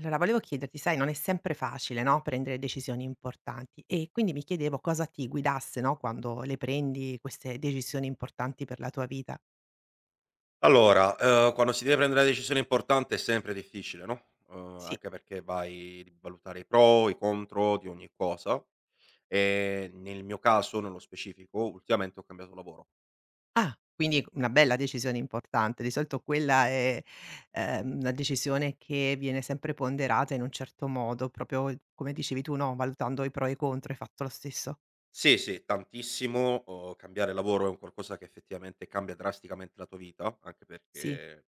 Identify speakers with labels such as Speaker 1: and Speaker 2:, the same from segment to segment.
Speaker 1: Allora volevo chiederti, sai non è sempre facile, no, prendere decisioni importanti e quindi mi chiedevo cosa ti guidasse, no, quando le prendi queste decisioni importanti per la tua vita.
Speaker 2: Allora, quando si deve prendere una decisione importante è sempre difficile, no,
Speaker 1: Sì.
Speaker 2: anche perché vai devi valutare i pro, i contro di ogni cosa. Nel mio caso, nello specifico, ultimamente ho cambiato lavoro.
Speaker 1: Ah, quindi una bella decisione importante. Di solito quella è, una decisione che viene sempre ponderata in un certo modo, proprio come dicevi tu, no, valutando i pro e i contro. Hai fatto lo stesso?
Speaker 2: Sì, sì, tantissimo. Cambiare lavoro è un qualcosa che effettivamente cambia drasticamente la tua vita, anche
Speaker 1: Sì.
Speaker 2: perché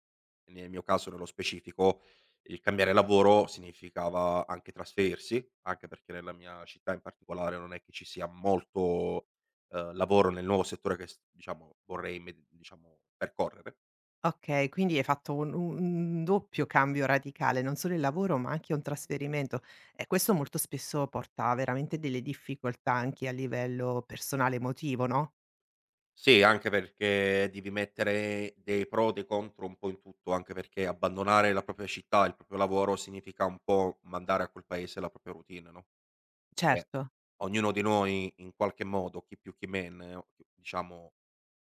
Speaker 2: nel mio caso nello specifico, il cambiare lavoro significava anche trasferirsi, anche perché nella mia città in particolare non è che ci sia molto, lavoro nel nuovo settore che s diciamo vorrei imme diciamo percorrere.
Speaker 1: Okay, quindi hai fatto un doppio cambio radicale, non solo il lavoro, ma anche un trasferimento. E questo molto spesso porta veramente delle difficoltà anche a livello personale emotivo, no,
Speaker 2: Sì, anche perché devi mettere dei pro, e dei contro un po' in tutto, anche perché abbandonare la propria città, il proprio lavoro, significa un po' mandare a quel paese la propria routine, no, che
Speaker 1: certo.
Speaker 2: ognuno di noi in qualche modo, chi più chi meno, diciamo,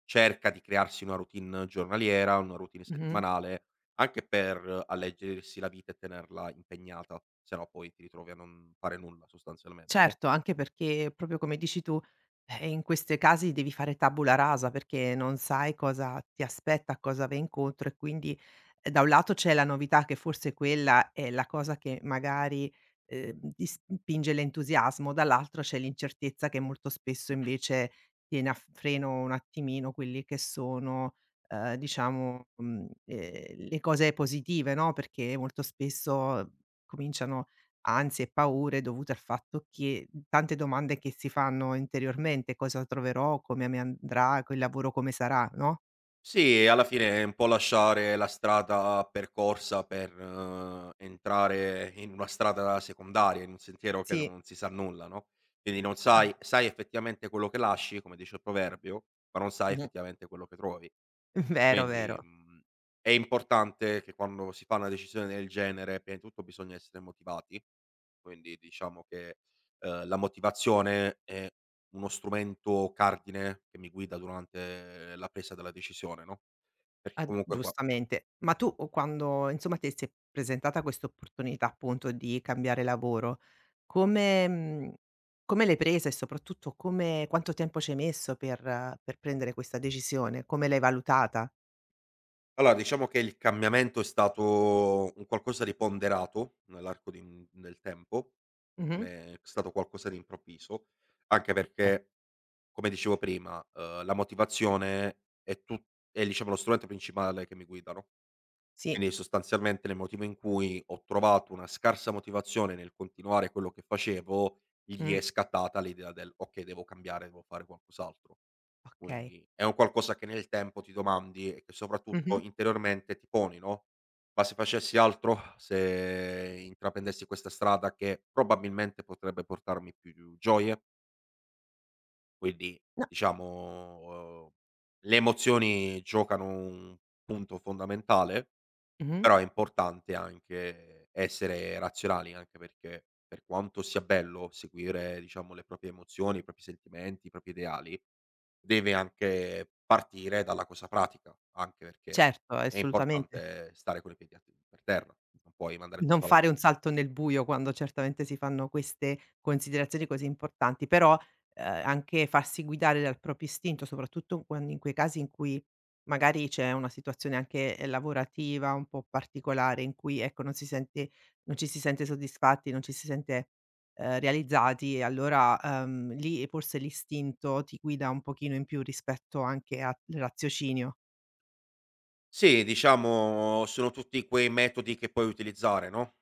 Speaker 2: cerca di crearsi una routine giornaliera, una routine
Speaker 1: Mh-mh.
Speaker 2: settimanale, anche per alleggerirsi la vita e tenerla impegnata, se no poi ti ritrovi a non fare nulla sostanzialmente, no?
Speaker 1: Certo, anche perché proprio come dici tu, in questi casi devi fare tabula rasa perché non sai cosa ti aspetta, a cosa vai incontro e quindi, da un lato c'è la novità che forse quella è la cosa che magari, ti spinge l'entusiasmo, dall'altro c'è l'incertezza che molto spesso invece tiene a f freno un attimino quelli che sono, diciamo, le cose positive, no, perché molto spesso cominciano ansie e paure dovute al fatto che tante domande che si fanno interiormente: "Cosa troverò? Come mi andrà? Quel lavoro come sarà?" No?
Speaker 2: Sì, alla fine è un po' lasciare la strada percorsa per entrare in una strada secondaria, in un sentiero che
Speaker 1: Sì.
Speaker 2: non si sa nulla, no, quindi non
Speaker 1: Mh.
Speaker 2: sai sai effettivamente quello che lasci, come dice il proverbio, ma non sai
Speaker 1: Mh-mh.
Speaker 2: effettivamente quello che trovi.
Speaker 1: Vero,
Speaker 2: Quindi,
Speaker 1: vero.
Speaker 2: è importante che quando si fa una decisione del genere, prima di tutto bisogna essere motivati, quindi diciamo che, la motivazione è uno strumento cardine che mi guida durante la presa della decisione, no? Perché
Speaker 1: Ah,
Speaker 2: comunque qua
Speaker 1: giustamente. Ma tu o quando insomma ti si è presentata questa opportunità appunto di cambiare lavoro, come mhmm, come l'hai presa e soprattutto come quanto tempo ci hai messo per prendere questa decisione? Come l'hai valutata?
Speaker 2: allora diciamo che il cambiamento è stato un qualcosa di ponderato nell'arco di un del tempo,
Speaker 1: Mh-mh.
Speaker 2: non è stato qualcosa di improvviso, anche
Speaker 1: Okay.
Speaker 2: perché come dicevo prima, la motivazione è tut è diciamo lo strumento principale che mi guida, no?
Speaker 1: Sì.
Speaker 2: Quindi sostanzialmente nel motivo in cui ho trovato una scarsa motivazione nel continuare quello che facevo, gli
Speaker 1: Mh.
Speaker 2: è scattata l'idea del: "Okay, devo cambiare, devo fare qualcos'altro".
Speaker 1: Okay.
Speaker 2: Quindi è un qualcosa che nel tempo ti domandi e che
Speaker 1: Mh-mh.
Speaker 2: soprattutto interiormente ti poni, no: "Ma se facessi altro? Se intraprendessi questa strada che probabilmente potrebbe portarmi più gioie?" Quindi
Speaker 1: No.
Speaker 2: diciamo, le emozioni giocano un punto fondamentale
Speaker 1: Mh-mh.
Speaker 2: però è importante anche essere razionali, anche perché per quanto sia bello seguire, diciamo, le proprie emozioni, i propri sentimenti, i propri ideali, deve anche partire dalla cosa pratica, anche perché
Speaker 1: Certo,
Speaker 2: è
Speaker 1: assolutamente.
Speaker 2: importante stare con i piedi a te per terra, non puoi mandare
Speaker 1: Non
Speaker 2: tutto alla
Speaker 1: fare un salto nel buio quando certamente si fanno queste considerazioni così importanti, però, anche farsi guidare dal proprio istinto, soprattutto quan in quei casi in cui magari c'è una situazione anche, lavorativa un po' particolare in cui, ecco, non ci si sente soddisfatti, non ci si sente, realizzati e allora, lì forse l'istinto ti guida un pochino in più rispetto anche al raziocinio.
Speaker 2: Sì, diciamo sono tutti quei metodi che puoi utilizzare, no,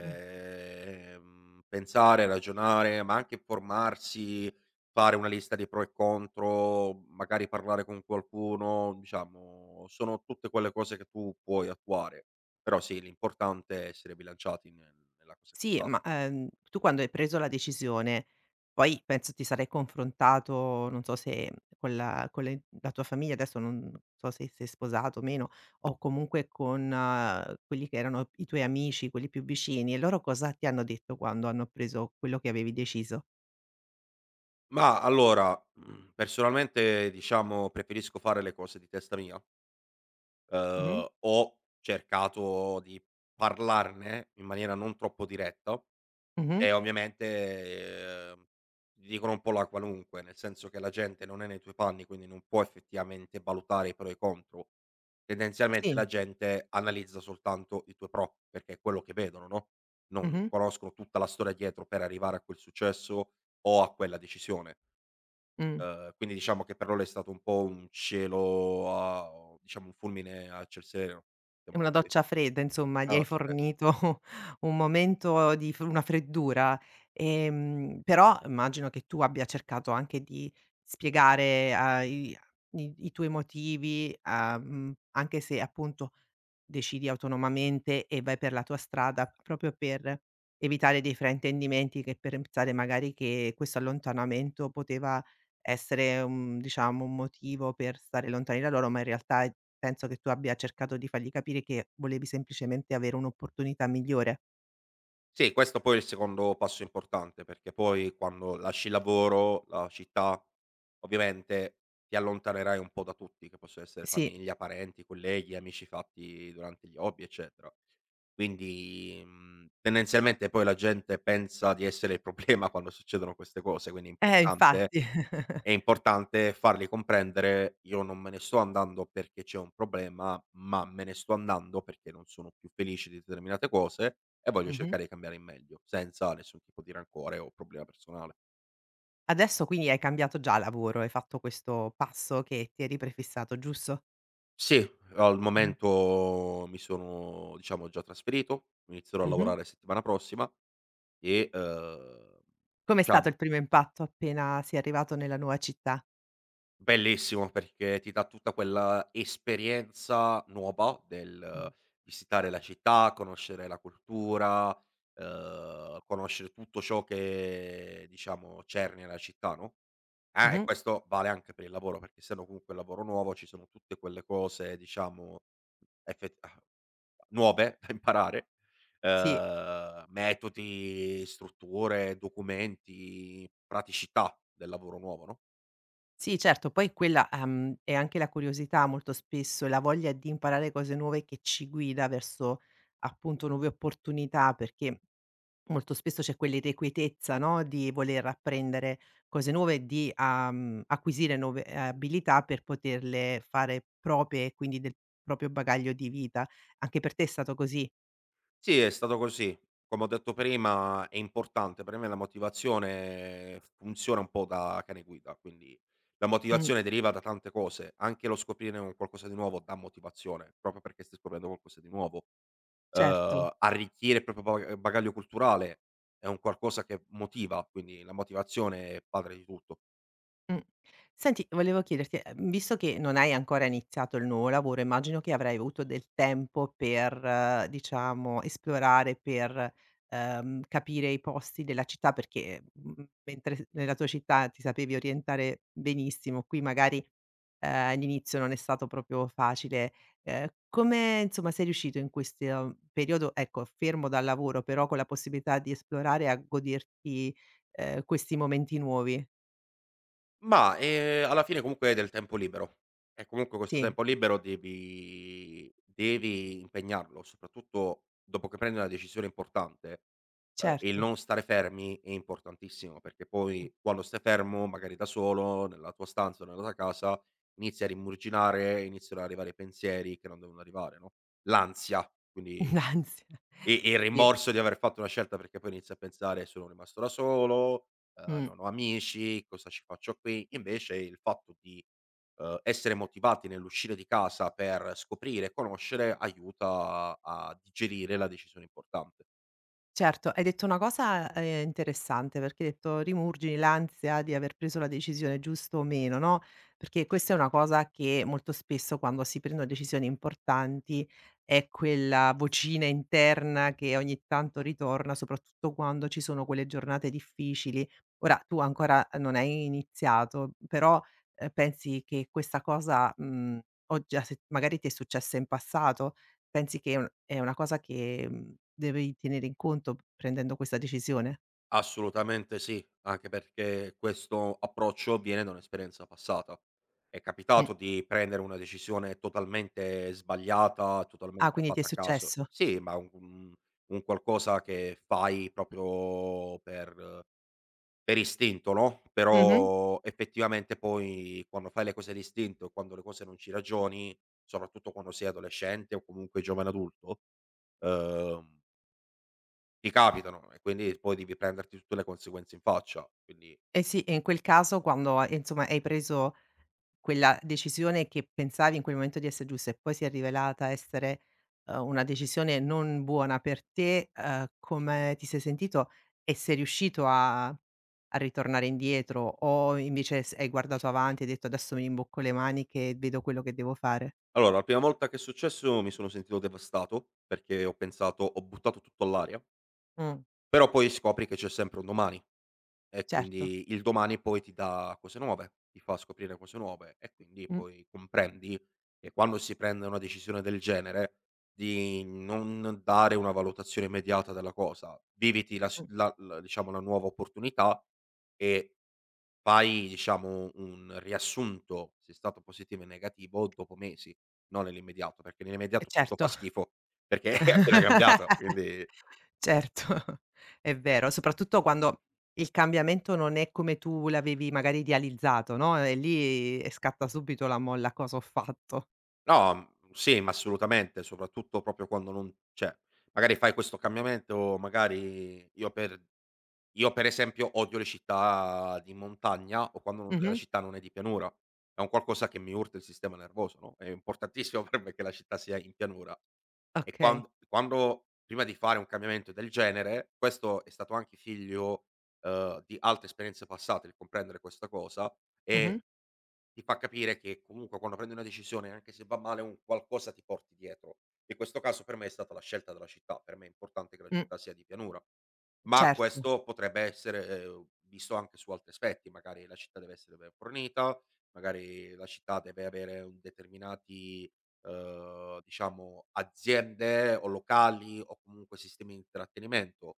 Speaker 1: Mh.
Speaker 2: pensare, ragionare, ma anche informarsi, fare una lista di pro e contro, magari parlare con qualcuno, diciamo sono tutte quelle cose che tu puoi attuare. Però sì, l'importante è essere bilanciati nella cosa che si
Speaker 1: Sì,
Speaker 2: fa.
Speaker 1: ma, tu quando hai preso la decisione, poi penso ti sarai confrontato, non so se con la con le la tua famiglia, adesso non so se sei sposato o meno, o comunque con quelli che erano i tuoi amici, quelli più vicini, e loro cosa ti hanno detto quando hanno appreso quello che avevi deciso?
Speaker 2: Ma allora, personalmente diciamo preferisco fare le cose di testa mia.
Speaker 1: Mh-mh,
Speaker 2: Ho cercato di parlarne in maniera non troppo diretta
Speaker 1: mh-mh,
Speaker 2: e ovviamente, ti dicono un po' la qualunque, nel senso che la gente non è nei tuoi panni, quindi non può effettivamente valutare i pro e i contro. Tendenzialmente la
Speaker 1: sì,
Speaker 2: gente analizza soltanto i tuoi pro, perché è quello che vedono, no, non
Speaker 1: mh-mh,
Speaker 2: conoscono tutta la storia dietro per arrivare a quel successo o a quella decisione.
Speaker 1: mh.
Speaker 2: Quindi diciamo che per loro è stato un po' un cielo a diciamo un fulmine a ciel sereno, mettiamola
Speaker 1: Una
Speaker 2: così.
Speaker 1: doccia fredda, insomma, gli
Speaker 2: Ah,
Speaker 1: hai
Speaker 2: okay.
Speaker 1: fornito un momento di f una freddura. Però immagino che tu abbia cercato anche di spiegare a i i i tuoi motivi, anche se appunto decidi autonomamente e vai per la tua strada, proprio per evitare dei fraintendimenti che per pensare magari che questo allontanamento poteva essere, un diciamo, un motivo per stare lontani da loro, ma in realtà, penso che tu abbia cercato di fargli capire che volevi semplicemente avere un'opportunità migliore.
Speaker 2: Sì, questo poi è il secondo passo importante, perché poi quando lasci il lavoro, la città, ovviamente ti allontanerai un po' da tutti, che possono essere
Speaker 1: Sì,
Speaker 2: famiglia, parenti, colleghi, amici fatti durante gli hobby, eccetera. Quindi, tendenzialmente poi la gente pensa di essere il problema quando succedono queste cose, quindi
Speaker 1: eh infatti.
Speaker 2: è importante fargli comprendere: "Io non me ne sto andando perché c'è un problema, ma me ne sto andando perché non sono più felice di determinate cose e voglio
Speaker 1: Mh-mh.
Speaker 2: cercare di cambiare in meglio", senza nessun tipo di rancore o problema personale.
Speaker 1: Adesso quindi hai cambiato già lavoro, hai fatto questo passo che ti eri prefissato, giusto?
Speaker 2: Sì, al
Speaker 1: Mh.
Speaker 2: momento mi sono, diciamo, già trasferito, inizierò a
Speaker 1: Mh-mh.
Speaker 2: lavorare settimana prossima e,
Speaker 1: Com'è stato
Speaker 2: diciamo
Speaker 1: il primo impatto appena sei arrivato nella nuova città?
Speaker 2: Bellissimo perché ti dà tutta quella esperienza nuova del
Speaker 1: Mh.
Speaker 2: visitare la città, conoscere la cultura, conoscere tutto ciò che diciamo cerni la città, no, ah, e
Speaker 1: Mh-mh.
Speaker 2: questo vale anche per il lavoro, perché essendo comunque un lavoro nuovo ci sono tutte quelle cose diciamo effet ah, nuove da imparare,
Speaker 1: Sì.
Speaker 2: metodi, strutture, documenti, praticità del lavoro nuovo, no?
Speaker 1: Sì, certo, poi quella, è anche la curiosità molto spesso e la voglia di imparare cose nuove che ci guida verso, appunto, nuove opportunità, perché molto spesso c'è quell'irrequietezza, no, di voler apprendere cose nuove, di, acquisire nuove, abilità per poterle fare proprie e quindi del proprio bagaglio di vita. Anche per te è stato così?
Speaker 2: Sì, è stato così. Come ho detto prima è importante, per me la motivazione funziona un po' da cane guida, quindi la
Speaker 1: Mh,
Speaker 2: motivazione deriva da tante cose, anche lo scoprire un qualcosa di nuovo dà motivazione, proprio perché stai scoprendo qualcosa di nuovo.
Speaker 1: certo.
Speaker 2: Arricchire il proprio ba bagaglio culturale è un qualcosa che motiva, quindi la motivazione è padre di tutto.
Speaker 1: Mh. Senti, volevo chiederti, visto che non hai ancora iniziato il nuovo lavoro, immagino che avrai avuto del tempo per, diciamo, esplorare, per, capire i posti della città perché, mentre s nella tua città ti sapevi orientare benissimo, qui magari, all'inizio non è stato proprio facile. Come, insomma, sei riuscito in questo periodo, ecco, fermo dal lavoro, però con la possibilità di esplorare, a goderti, questi momenti nuovi?
Speaker 2: Mah, alla fine comunque hai del tempo libero e comunque questo
Speaker 1: Sì.
Speaker 2: tempo libero devi impegnarlo, soprattutto dopo che prendi una decisione importante, il
Speaker 1: Certo.
Speaker 2: non stare fermi è importantissimo, perché poi quando stai fermo, magari da solo, nella tua stanza o nella tua casa, inizi a rimuginare, iniziano ad arrivare pensieri che non devono arrivare, no, l'ansia, quindi
Speaker 1: L'ansia,
Speaker 2: e il
Speaker 1: sì,
Speaker 2: rimborso di aver fatto una scelta, perché poi inizi a pensare: "Sono rimasto da solo,
Speaker 1: mh.
Speaker 2: non ho amici, cosa ci faccio qui?" Invece il fatto di, essere motivati nell'uscire di casa per scoprire e conoscere aiuta a digerire la decisione importante.
Speaker 1: Certo, hai detto una cosa, interessante perché hai detto: "Rimurgini l'ansia di aver preso la decisione giusta o meno", no, perché questa è una cosa che molto spesso quando si prendono decisioni importanti è quella vocina interna che ogni tanto ritorna, soprattutto quando ci sono quelle giornate difficili. Ora tu ancora non hai iniziato, però, pensi che questa cosa, oggi a se magari ti è successa in passato? Pensi che è una cosa che, devi tenere in conto p prendendo questa decisione?
Speaker 2: Assolutamente sì, anche perché questo approccio viene da un'esperienza passata. È
Speaker 1: Mh.
Speaker 2: capitato di prendere una decisione totalmente sbagliata,
Speaker 1: Ah,
Speaker 2: totalmente
Speaker 1: quindi ti è
Speaker 2: fatta a caso.
Speaker 1: successo?
Speaker 2: Sì, ma un qualcosa che fai proprio per istinto, no,
Speaker 1: Mh-mh.
Speaker 2: però effettivamente poi quando fai le cose d'istinto e quando le cose non ci ragioni, soprattutto quando sei adolescente o comunque giovane adulto, uhm ti capitano e quindi poi devi prenderti tutte le conseguenze in faccia. Quindi
Speaker 1: Eh sì, e in quel caso quando, insomma hai preso quella decisione che pensavi in quel momento di essere giusta e poi si è rivelata essere, una decisione non buona per te, come ti sei sentito e sei riuscito a ritornare indietro o invece s hai guardato avanti e hai detto: "Adesso mi rimbocco le maniche e vedo quello che devo fare"?
Speaker 2: allora la prima volta che è successo mi sono sentito devastato, perché ho pensato: "Ho buttato tutto all'aria",
Speaker 1: Mh,
Speaker 2: però poi scopri che c'è sempre un domani e
Speaker 1: certo.
Speaker 2: quindi il domani poi ti dà cose nuove, ti fa scoprire cose nuove e quindi
Speaker 1: Mh.
Speaker 2: poi comprendi che quando si prende una decisione del genere di non dare una valutazione immediata della cosa, viviti la diciamo la nuova opportunità e Fai diciamo un riassunto, se è stato positivo e negativo, dopo mesi, non nell'immediato, perché
Speaker 1: E
Speaker 2: nell'immediato tutto
Speaker 1: certo.
Speaker 2: fa schifo, perché è appena cambiato, quindi
Speaker 1: Certo, è vero, soprattutto quando il cambiamento non è come tu l'avevi magari idealizzato, no, e lì scatta subito la molla: "Cosa ho fatto?"
Speaker 2: No, sì, ma assolutamente, soprattutto proprio quando non cioè, magari fai questo cambiamento, magari io per esempio odio le città di montagna o quando non la
Speaker 1: Mh-mh.
Speaker 2: città non è di pianura. È un qualcosa che mi urta il sistema nervoso, no, è importantissimo per me che la città sia in pianura. E
Speaker 1: Okay.
Speaker 2: quando prima di fare un cambiamento del genere, questo è stato anche figlio, di altre esperienze passate, il comprendere questa cosa,
Speaker 1: Mh-mh.
Speaker 2: e ti fa capire che comunque quando prendi una decisione, anche se va male, un qualcosa ti porti dietro. In questo caso per me è stata la scelta della città, per me è importante che la
Speaker 1: Mh,
Speaker 2: città sia di pianura, ma
Speaker 1: certo.
Speaker 2: questo potrebbe essere, visto anche su altri aspetti, magari la città deve essere ben fornita, magari la città deve avere un determinati, diciamo aziende o locali o comunque sistemi di intrattenimento.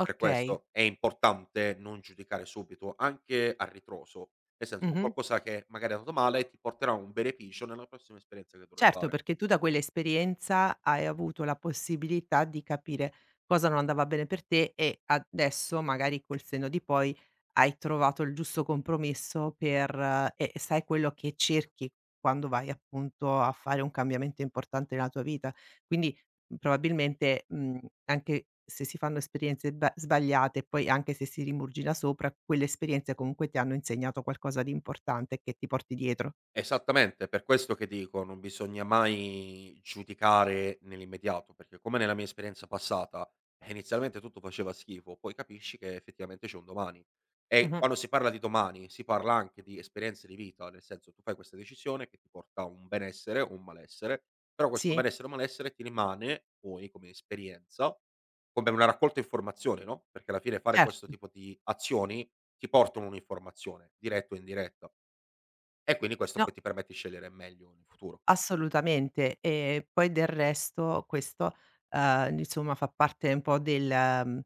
Speaker 2: Per questo è importante non giudicare subito, anche a ritroso. Nel senso,
Speaker 1: Mh-mh.
Speaker 2: qualcosa che magari è andato male ti porterà un beneficio nella prossima esperienza che dovrai
Speaker 1: Certo,
Speaker 2: fare.
Speaker 1: perché tu da quell'esperienza hai avuto la possibilità di capire cosa non andava bene per te e adesso, magari col senno di poi, hai trovato il giusto compromesso per e sai quello che cerchi quando vai appunto a fare un cambiamento importante nella tua vita. Quindi, probabilmente, anche se si fanno esperienze ba sbagliate e poi anche se si rimurgina sopra, quelle esperienze comunque ti hanno insegnato qualcosa di importante che ti porti dietro.
Speaker 2: Esattamente, per questo che dico, non bisogna mai giudicare nell'immediato, perché come nella mia esperienza passata, inizialmente tutto faceva schifo, poi capisci che effettivamente c'è un domani. E
Speaker 1: Mh-mh.
Speaker 2: quando si parla di domani, si parla anche di esperienze di vita, nel senso tu fai questa decisione che ti porta a un benessere o un malessere, però questo
Speaker 1: Sì.
Speaker 2: benessere o malessere ti rimane poi come esperienza, come una raccolta informazione, no? Perché alla fine fare questo
Speaker 1: Certo.
Speaker 2: tipo di azioni ti portano un'informazione, diretta o indiretta. E quindi questo
Speaker 1: No.
Speaker 2: poi ti permette di scegliere meglio nel futuro.
Speaker 1: Assolutamente. E poi del resto questo, insomma fa parte un po' del mhmm,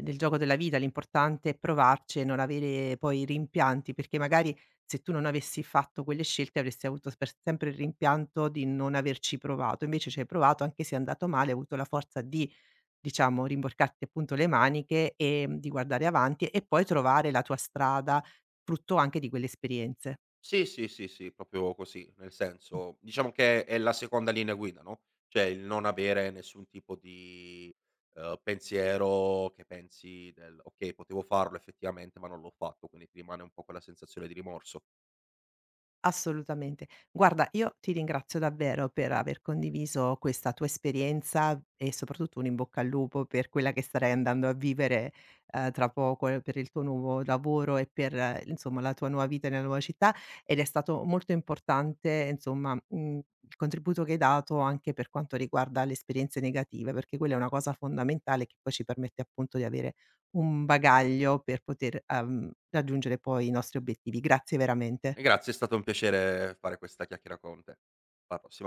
Speaker 1: gioco della vita. L'importante è provarci e non avere poi rimpianti, perché magari se tu non avessi fatto quelle scelte avresti avuto per sempre il rimpianto di non averci provato. Invece ci hai provato, anche se è andato male, hai avuto la forza di, diciamo, rimborcarti appunto le maniche e di guardare avanti e poi trovare la tua strada, frutto anche di quelle esperienze.
Speaker 2: Sì, sì, sì, sì, proprio così, nel senso diciamo che è la seconda linea guida, no, cioè il non avere nessun tipo di, pensiero che pensi del: "Okay, potevo farlo effettivamente, ma non l'ho fatto", quindi ti rimane un po' quella sensazione di rimorso.
Speaker 1: Assolutamente. Guarda, io ti ringrazio davvero per aver condiviso questa tua esperienza e soprattutto un in bocca al lupo per quella che starai andando a vivere, tra poco, per il tuo nuovo lavoro e per, insomma, la tua nuova vita nella nuova città ed è stato molto importante, insomma, il contributo che hai dato anche per quanto riguarda le esperienze negative, perché quella è una cosa fondamentale che poi ci permette appunto di avere un bagaglio per poter, raggiungere poi i nostri obiettivi. Grazie veramente.
Speaker 2: E grazie, è stato un piacere fare questa chiacchiera con te. Alla prossima.